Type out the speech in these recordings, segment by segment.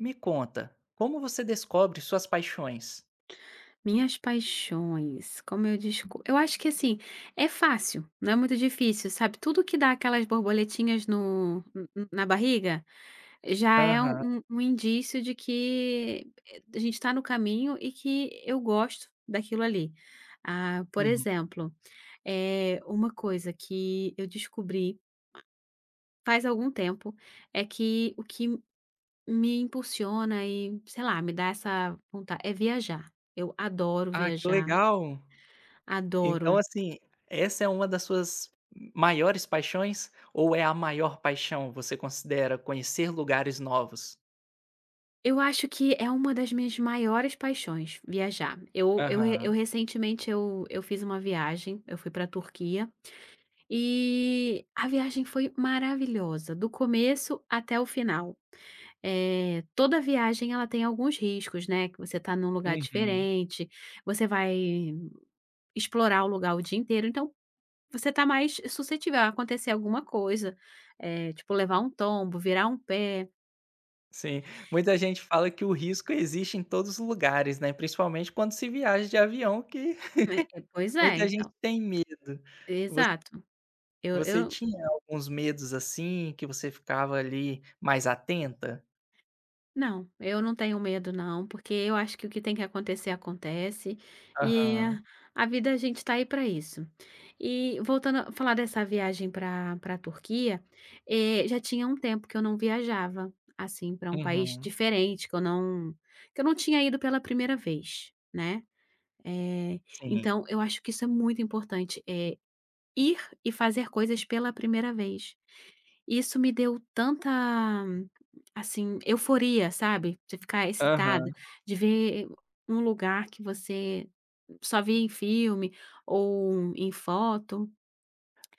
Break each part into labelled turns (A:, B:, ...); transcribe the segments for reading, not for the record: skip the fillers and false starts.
A: Me conta, como você descobre suas paixões?
B: Minhas paixões, como eu descu eu acho que, assim, é fácil, não é muito difícil, sabe, tudo que dá aquelas borboletinhas no n n na barriga, já é
A: Aham,
B: um indício de que a gente está no caminho e que eu gosto daquilo ali. Ah, por
A: uhum.
B: exemplo, é uma coisa que eu descobri faz algum tempo, é que o que me impulsiona e, sei lá, me dá essa vontade é viajar. Eu adoro
A: Ah, que
B: viajar.
A: legal.
B: Adoro.
A: Então, assim, essa é uma das suas maiores paixões ou é a maior paixão, você considera conhecer lugares novos?
B: Eu acho que é uma das minhas maiores paixões, viajar. Eu, eu, re-
A: Aham,
B: eu recentemente eu fiz uma viagem, eu fui para a Turquia e a viagem foi maravilhosa, do começo até o final. É, toda viagem ela tem alguns riscos, né? Que você está num lugar
A: uhum.
B: diferente, você vai explorar o lugar o dia inteiro, então você está mais suscetível a acontecer alguma coisa, é, tipo levar um tombo, virar um pé.
A: Sim, muita gente fala que o risco existe em todos os lugares, né, principalmente quando se viaja de avião que
B: Né, é, pois é,
A: muita gente
B: então.
A: tem medo. Vo
B: Exato.
A: Você
B: Eu
A: tinha alguns medos, assim, que você ficava ali mais atenta?
B: Não, eu não tenho medo não, porque eu acho que o que tem que acontecer, acontece, e
A: Aham.
B: a vida a gente está aí para isso. E voltando a falar dessa viagem para a Turquia, já tinha um tempo que eu não viajava, assim, para um país
A: Uhum,
B: diferente, que eu não tinha ido pela primeira vez, né. Eh,
A: sim.
B: então eu acho que isso é muito importante. Ir e fazer coisas pela primeira vez. Isso me deu tanta, assim, euforia, sabe, de ficar excitada,
A: Aham.
B: de ver um lugar que você só via em filme ou em foto.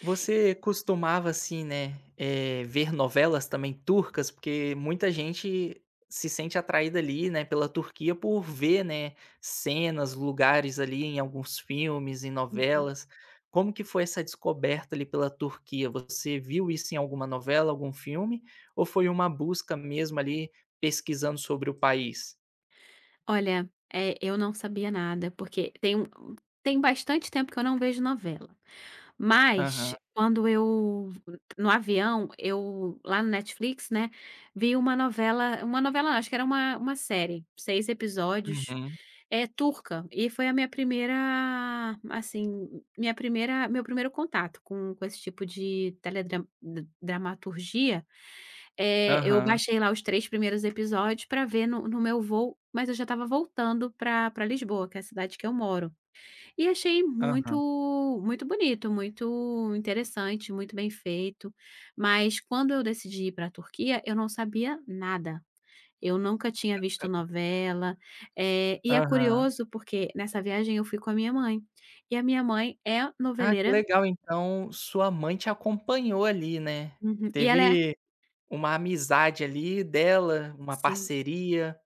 A: Você costumava, assim, né, ver novelas também turcas? Porque muita gente se sente atraída ali, né, pela Turquia por ver, né, cenas, lugares ali em alguns filmes, em
B: Uhum.
A: novelas. Como que foi essa descoberta ali pela Turquia? Você viu isso em alguma novela, algum filme? Ou foi uma busca mesmo ali pesquisando sobre o país?
B: Olha, eu não sabia nada, porque tem bastante tempo que eu não vejo novela. Mas
A: Aham,
B: quando eu no avião, eu lá no Netflix, né, vi uma novela, uma novela não, acho que era uma série, 6 episódios,
A: uhum,
B: é turca, e foi a minha primeira, assim, minha primeira, meu primeiro contato com esse tipo de teledra dramaturgia. Eu
A: aham,
B: baixei lá os 3 primeiros episódios para ver no meu voo, mas eu já estava voltando para pra Lisboa, que é a cidade que eu moro. E achei
A: aham,
B: muito muito bonito, muito interessante, muito bem feito, mas quando eu decidi ir para a Turquia, eu não sabia nada. Eu nunca tinha visto novela. E é
A: aham.
B: curioso porque nessa viagem eu fui com a minha mãe, e a minha mãe é
A: Ah, que
B: noveleira.
A: legal, então sua mãe te acompanhou ali, né.
B: Uhum. E ela é.
A: Teve uma amizade ali dela, uma
B: Sim.
A: parceria.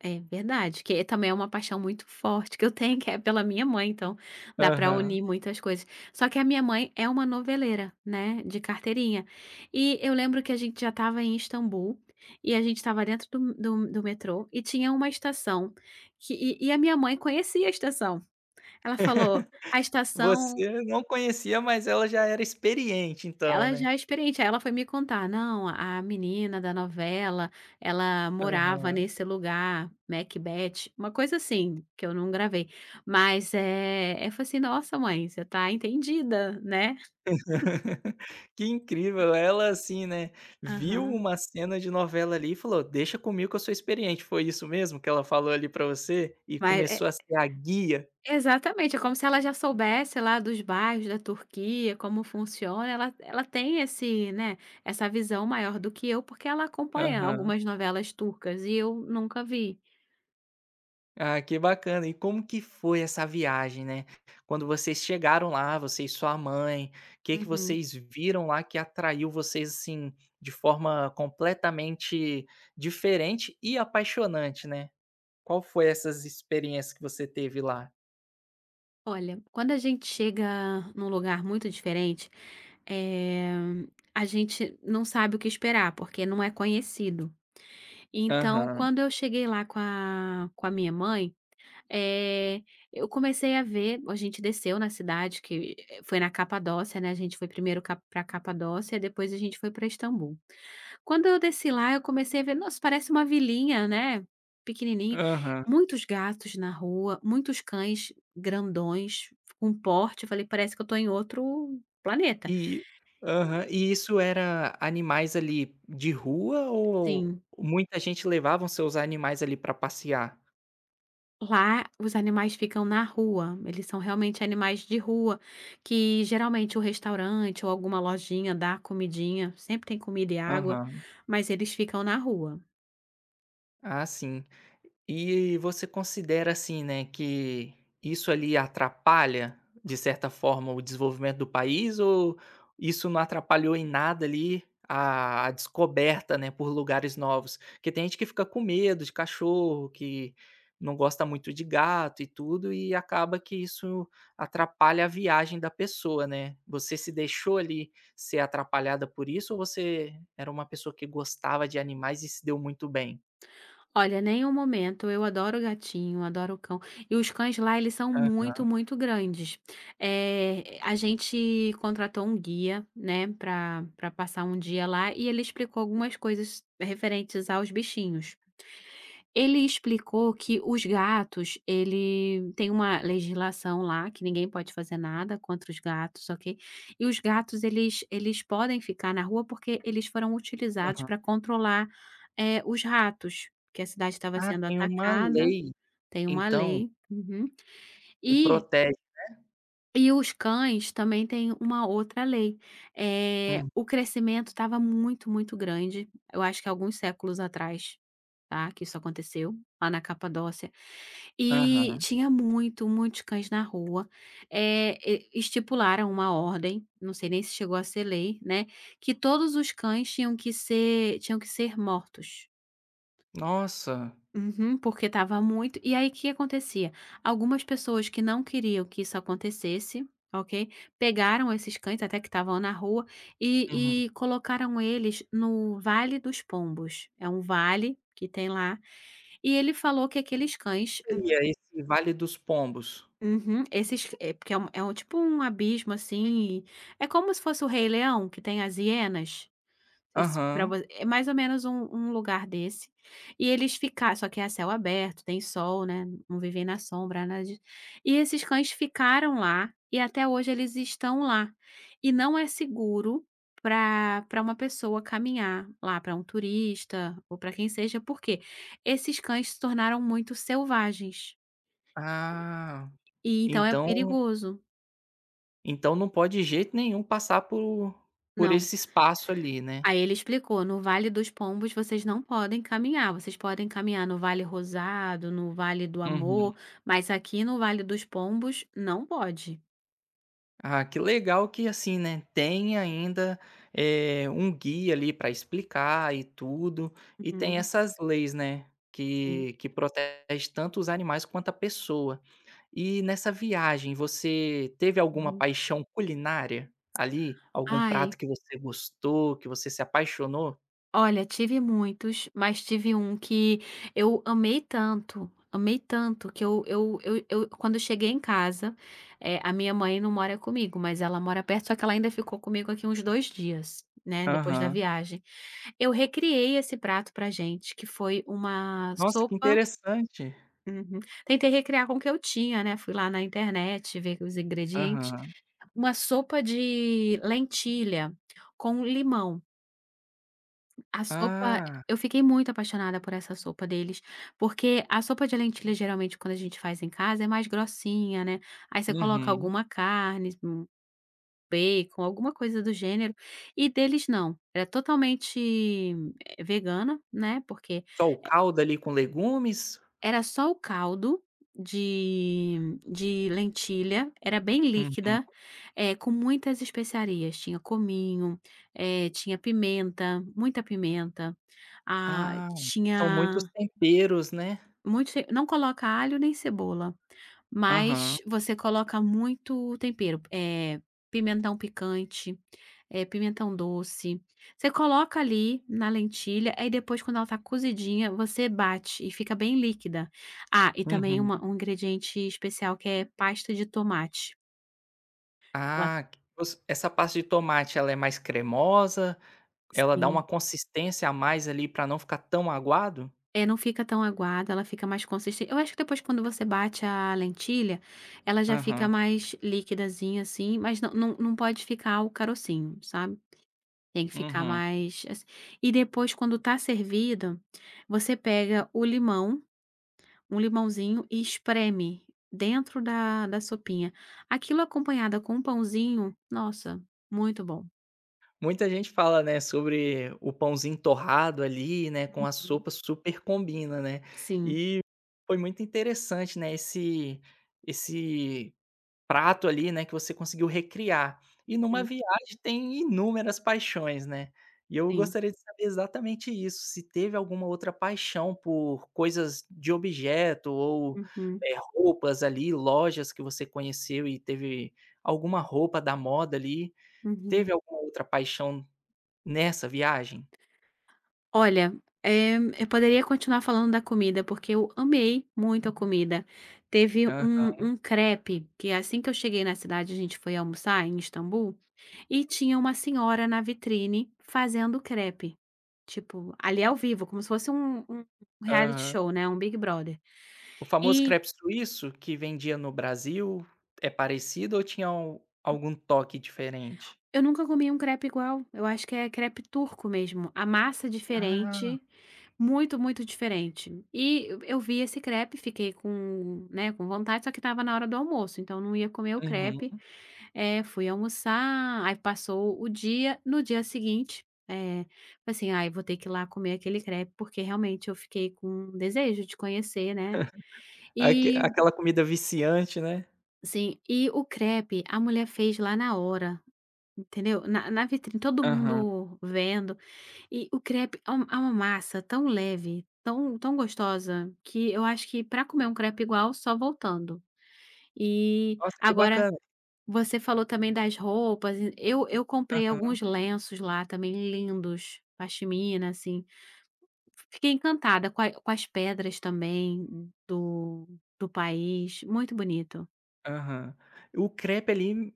B: É verdade, que é, também é uma paixão muito forte que eu tenho, que é pela minha mãe, então dá pra
A: Aham.
B: unir muitas coisas. Só que a minha mãe é uma noveleira, né, de carteirinha. E eu lembro que a gente já estava em Istambul, e a gente estava dentro do metrô, e tinha uma estação que e a minha mãe conhecia a estação. Ela falou: "A estação".
A: Você não conhecia, mas ela já era experiente então,
B: Ela
A: né.
B: já é experiente, aí ela foi me contar: "Não, a menina da novela, ela morava
A: Aham.
B: nesse lugar, Macbeth", uma coisa assim, que eu não gravei. Mas, é, eu falei assim: "Nossa mãe, você tá entendida, né".
A: Que incrível, ela assim, né, viu
B: Aham.
A: uma cena de novela ali e falou: "Deixa comigo que eu sou experiente", foi isso mesmo que ela falou ali pra você? E
B: Mas é
A: começou a ser a guia?
B: exatamente, é como se ela já soubesse lá dos bairros da Turquia, como funciona, ela tem esse, né, essa visão maior do que eu, porque ela acompanha
A: Aham.
B: algumas novelas turcas e eu nunca vi.
A: Ah, que bacana. E como que foi essa viagem, né? Quando vocês chegaram lá, você e sua mãe, o que que
B: Uhum.
A: vocês viram lá que atraiu vocês assim de forma completamente diferente e apaixonante, né? Qual foi essas experiências que você teve lá?
B: Olha, quando a gente chega num lugar muito diferente, eh, a gente não sabe o que esperar, porque não é conhecido. Então,
A: Aham,
B: quando eu cheguei lá com a minha mãe, eh, eu comecei a ver. A gente desceu na cidade, que foi na Capadócia, né? A gente foi primeiro para Capadócia, depois a gente foi para Istambul. Quando eu desci lá, eu comecei a ver, nossa, parece uma vilinha, né, pequenininha.
A: aham.
B: Muitos gatos na rua, muitos cães grandões, com porte, eu falei: "Parece que eu tô em outro planeta".
A: E aham,
B: E,
A: e isso era animais ali de rua ou
B: assim,
A: muita gente levavam seus animais ali para passear?
B: lá os animais ficam na rua, eles são realmente animais de rua, que geralmente o restaurante ou alguma lojinha dá comidinha, sempre tem comida e água,
A: Aham.
B: mas eles ficam na rua.
A: Ah, sim. E você considera assim, né, que isso ali atrapalha, de certa forma, o desenvolvimento do país ou isso não atrapalhou em nada ali a descoberta, né, por lugares novos? Porque tem gente que fica com medo de cachorro, que não gosta muito de gato e tudo, e acaba que isso atrapalha a viagem da pessoa, né. Você se deixou ali ser atrapalhada por isso ou você era uma pessoa que gostava de animais e se deu muito bem?
B: Olha, nenhum momento. Eu adoro gatinho, adoro cão. E os cães lá, eles são muito, muito grandes. A gente contratou um guia, né, para passar um dia lá e ele explicou algumas coisas referentes aos bichinhos. Ele explicou que os gatos, ele tem uma legislação lá que ninguém pode fazer nada contra os gatos, ok? E os gatos eles podem ficar na rua porque eles foram utilizados para controlar os ratos, que a cidade estava
A: Ah,
B: sendo
A: tem uma
B: atacada.
A: lei,
B: Tem uma
A: então,
B: lei. Uhum.
A: que
B: E
A: protege.
B: e os cães também tem uma outra lei,
A: Hum,
B: o crescimento estava muito, muito grande. Eu acho que alguns séculos atrás, tá, que isso aconteceu lá na Capadócia. E
A: aham.
B: tinha muito, muitos cães na rua. E estipularam uma ordem, não sei nem se chegou a ser lei, né, que todos os cães tinham que ser mortos.
A: Nossa.
B: Uhum, porque estava muito e aí, o que acontecia? Algumas pessoas que não queriam que isso acontecesse, ok, pegaram esses cães, até que estavam na rua,
A: Uhum.
B: e colocaram eles no Vale dos Pombos. É um vale que tem lá, e ele falou que aqueles cães.
A: Seria esse Vale dos Pombos?
B: Uhum. Esses, é porque é um tipo um abismo, assim, é como se fosse o Rei Leão, que tem as hienas. Esse pra vo
A: Aham.
B: é mais ou menos um lugar desse, e eles fica, só que é a céu aberto, tem sol, né, não vivem na sombra, nada disso. E esses cães ficaram lá, e até hoje eles estão lá. E não é seguro pra uma pessoa caminhar lá, pra um turista ou pra quem seja, porque esses cães se tornaram muito selvagens,
A: Ah,
B: e então é
A: então
B: perigoso.
A: não pode de jeito nenhum passar por
B: Não.
A: esse espaço ali, né.
B: Aí ele explicou: "No Vale dos Pombos vocês não podem caminhar, vocês podem caminhar no Vale Rosado, no Vale do
A: Uhum.
B: Amor, mas aqui no Vale dos Pombos não pode".
A: Ah, que legal que, assim, né, tem ainda, um guia ali para explicar e tudo, e tem
B: Uhum,
A: essas leis, né,
B: sim.
A: que protege tanto os animais quanto a pessoa. E nessa viagem, você teve alguma
B: Uhum.
A: paixão culinária ali? Algum prato
B: Ai.
A: que você gostou, que você se apaixonou?
B: Olha, tive muitos, mas tive um que eu amei tanto, que eu quando eu cheguei em casa, a minha mãe não mora comigo, mas ela mora perto, só que ela ainda ficou comigo aqui uns 2 dias, né, depois da
A: Aham.
B: viagem. Eu recriei esse prato pra gente, que foi uma
A: Nossa, que
B: sopa.
A: interessante.
B: Uhum. Tentei recriar com o que eu tinha, né, fui lá na internet ver os ingredientes.
A: Aham.
B: Uma sopa de lentilha com limão. A sopa,
A: Ah,
B: eu fiquei muito apaixonada por essa sopa deles, porque a sopa de lentilha, geralmente, quando a gente faz em casa, é mais grossinha, né, aí você coloca
A: uhum.
B: alguma carne, um bacon, alguma coisa do gênero, e deles não, era totalmente vegana, né, porque
A: Só o caldo ali com legumes?
B: era só o caldo de de lentilha, era bem
A: Uhum.
B: líquida, com muitas especiarias, tinha cominho, tinha pimenta, muita pimenta, ah,
A: Ah, são muitos
B: tinha,
A: temperos, né?
B: muito ce não coloca alho nem cebola.
A: Aham.
B: Mas você coloca muito tempero, pimentão picante, pimentão doce. Você coloca ali na lentilha, aí depois quando ela tá cozidinha, você bate e fica bem líquida. Ah, e também
A: Uhum.
B: uma um ingrediente especial que é pasta de tomate. Ela,
A: Ah, que os essa pasta de tomate, ela é mais cremosa? Ela dá uma
B: sim.
A: consistência a mais ali para não ficar tão aguado?
B: É, não fica tão aguada, ela fica mais consistente. Eu acho que depois quando você bate a lentilha, ela já fica
A: Aham.
B: mais liquidazinha, assim, mas não pode ficar o carocinho, sabe? Tem que ficar
A: Uhum.
B: mais assi e depois quando tá servido, você pega o limão, um limãozinho e espreme dentro da sopinha. Aquilo acompanhada com um pãozinho, nossa, muito bom.
A: Muita gente fala, né, sobre o pãozinho torrado ali, né, com a
B: Uhum.
A: sopa super combina, né.
B: Sim,
A: E foi muito interessante, né, esse prato ali, né, que você conseguiu recriar. E numa
B: uhum,
A: viagem tem inúmeras paixões, né. E eu
B: sim.
A: gostaria de saber exatamente isso, se teve alguma outra paixão por coisas de objeto ou,
B: Uhum,
A: roupas ali, lojas que você conheceu e teve alguma roupa da moda ali.
B: uhum.
A: Teve alguma outra paixão nessa viagem?
B: Olha, eu poderia continuar falando da comida, porque eu amei muito a comida. Teve
A: Aham,
B: um crepe, que assim que eu cheguei na cidade, a gente foi almoçar em Istambul, e tinha uma senhora na vitrine fazendo crepe. Tipo, ali ao vivo, como se fosse um reality
A: aham.
B: show, né, um Big Brother.
A: O famoso
B: E
A: crepe suíço que vendia no Brasil é parecido ou tinha al algum toque diferente?
B: eu nunca comi um crepe igual, eu acho que é crepe turco mesmo, a massa é
A: Ah,
B: diferente. Muito, muito diferente. E eu vi esse crepe, fiquei com, né, com vontade, só que estava na hora do almoço, então não ia comer o crepe.
A: uhum.
B: Fui almoçar, aí passou o dia. No dia seguinte, falei assim: "Ai, vou ter que ir lá comer aquele crepe", porque realmente eu fiquei com desejo de conhecer, né.
A: aque
B: E
A: aquela comida viciante, né?
B: sim, e o crepe a mulher fez lá na hora, entendeu? Na vitrine, todo
A: Aham.
B: mundo vendo. E o crepe é um, é uma massa tão leve, tão tão gostosa, que eu acho que para comer um crepe igual, só voltando. E
A: Nossa, que
B: agora
A: bacana.
B: você falou também das roupas, e eu comprei
A: Aham,
B: alguns lenços lá também lindos, pashmina, assim. Fiquei encantada com a, com as pedras também do país, muito bonito.
A: aham. O crepe ali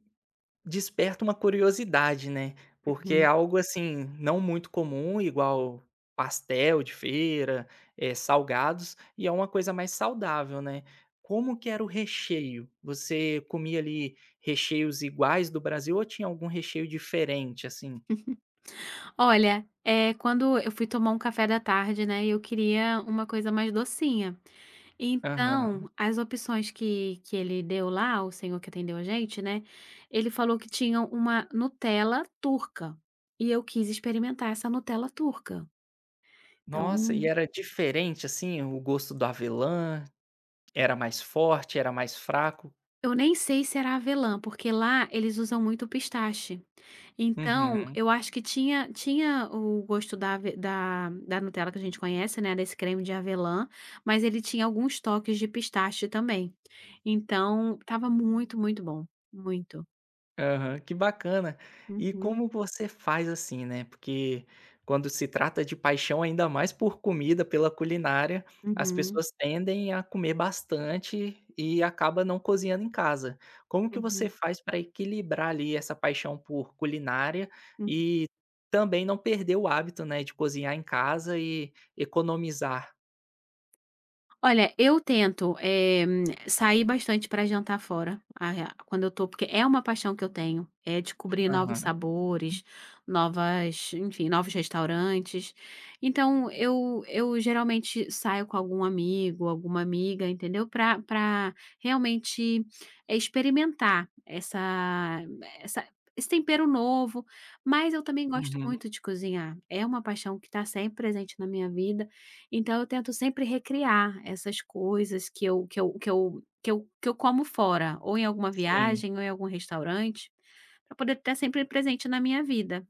A: desperta uma curiosidade, né, porque é
B: Uhum.
A: algo, assim, não muito comum, igual pastel de feira, salgados, e é uma coisa mais saudável, né. Como que era o recheio? Você comia ali recheios iguais do Brasil ou tinha algum recheio diferente, assim?
B: Olha, é quando eu fui tomar um café da tarde, né, eu queria uma coisa mais docinha.
A: Aham.
B: Então, as opções que ele deu lá, o senhor que atendeu a gente, né, ele falou que tinham uma Nutella turca, e eu quis experimentar essa Nutella turca.
A: Nossa, e
B: Então,
A: era diferente, assim, o gosto do avelã? Era mais forte, era mais fraco?
B: eu nem sei se era avelã, porque lá eles usam muito pistache. Então,
A: Uhum.
B: eu acho que tinha, o gosto da Nutella que a gente conhece, né, desse creme de avelã, mas ele tinha alguns toques de pistache também. Então, estava muito, muito bom, muito.
A: Aham, que bacana. E
B: Uhum,
A: como você faz assim, né, porque quando se trata de paixão, ainda mais por comida, pela culinária, as
B: uhum.
A: pessoas tendem a comer bastante e acaba não cozinhando em casa. Como que você
B: Uhum,
A: faz para equilibrar ali essa paixão por culinária
B: uhum.
A: e também não perder o hábito, né, de cozinhar em casa e economizar?
B: Olha, eu tento, sair bastante para jantar fora, a rea quando eu tô, porque é uma paixão que eu tenho, é descobrir novos
A: Aham,
B: sabores, novas, enfim, novos restaurantes. Então eu geralmente saio com algum amigo, alguma amiga, entendeu, para para realmente experimentar essa essa esse tempero novo, mas eu também gosto
A: uhum,
B: muito de cozinhar, é uma paixão que está sempre presente na minha vida. Então eu tento sempre recriar essas coisas que eu como fora, ou em alguma
A: sim.
B: viagem, ou em algum restaurante, para poder estar sempre presente na minha vida.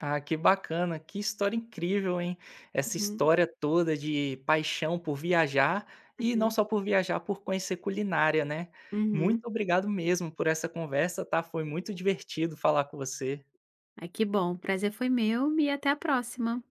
A: Ah, que bacana, que história incrível, hein? Essa
B: Uhum,
A: história toda de paixão por viajar e não
B: uhum,
A: só por viajar, por conhecer culinária, né?
B: uhum.
A: Muito obrigado mesmo por essa conversa, tá? Foi muito divertido falar com você.
B: Ai, que bom, prazer foi meu e até a próxima.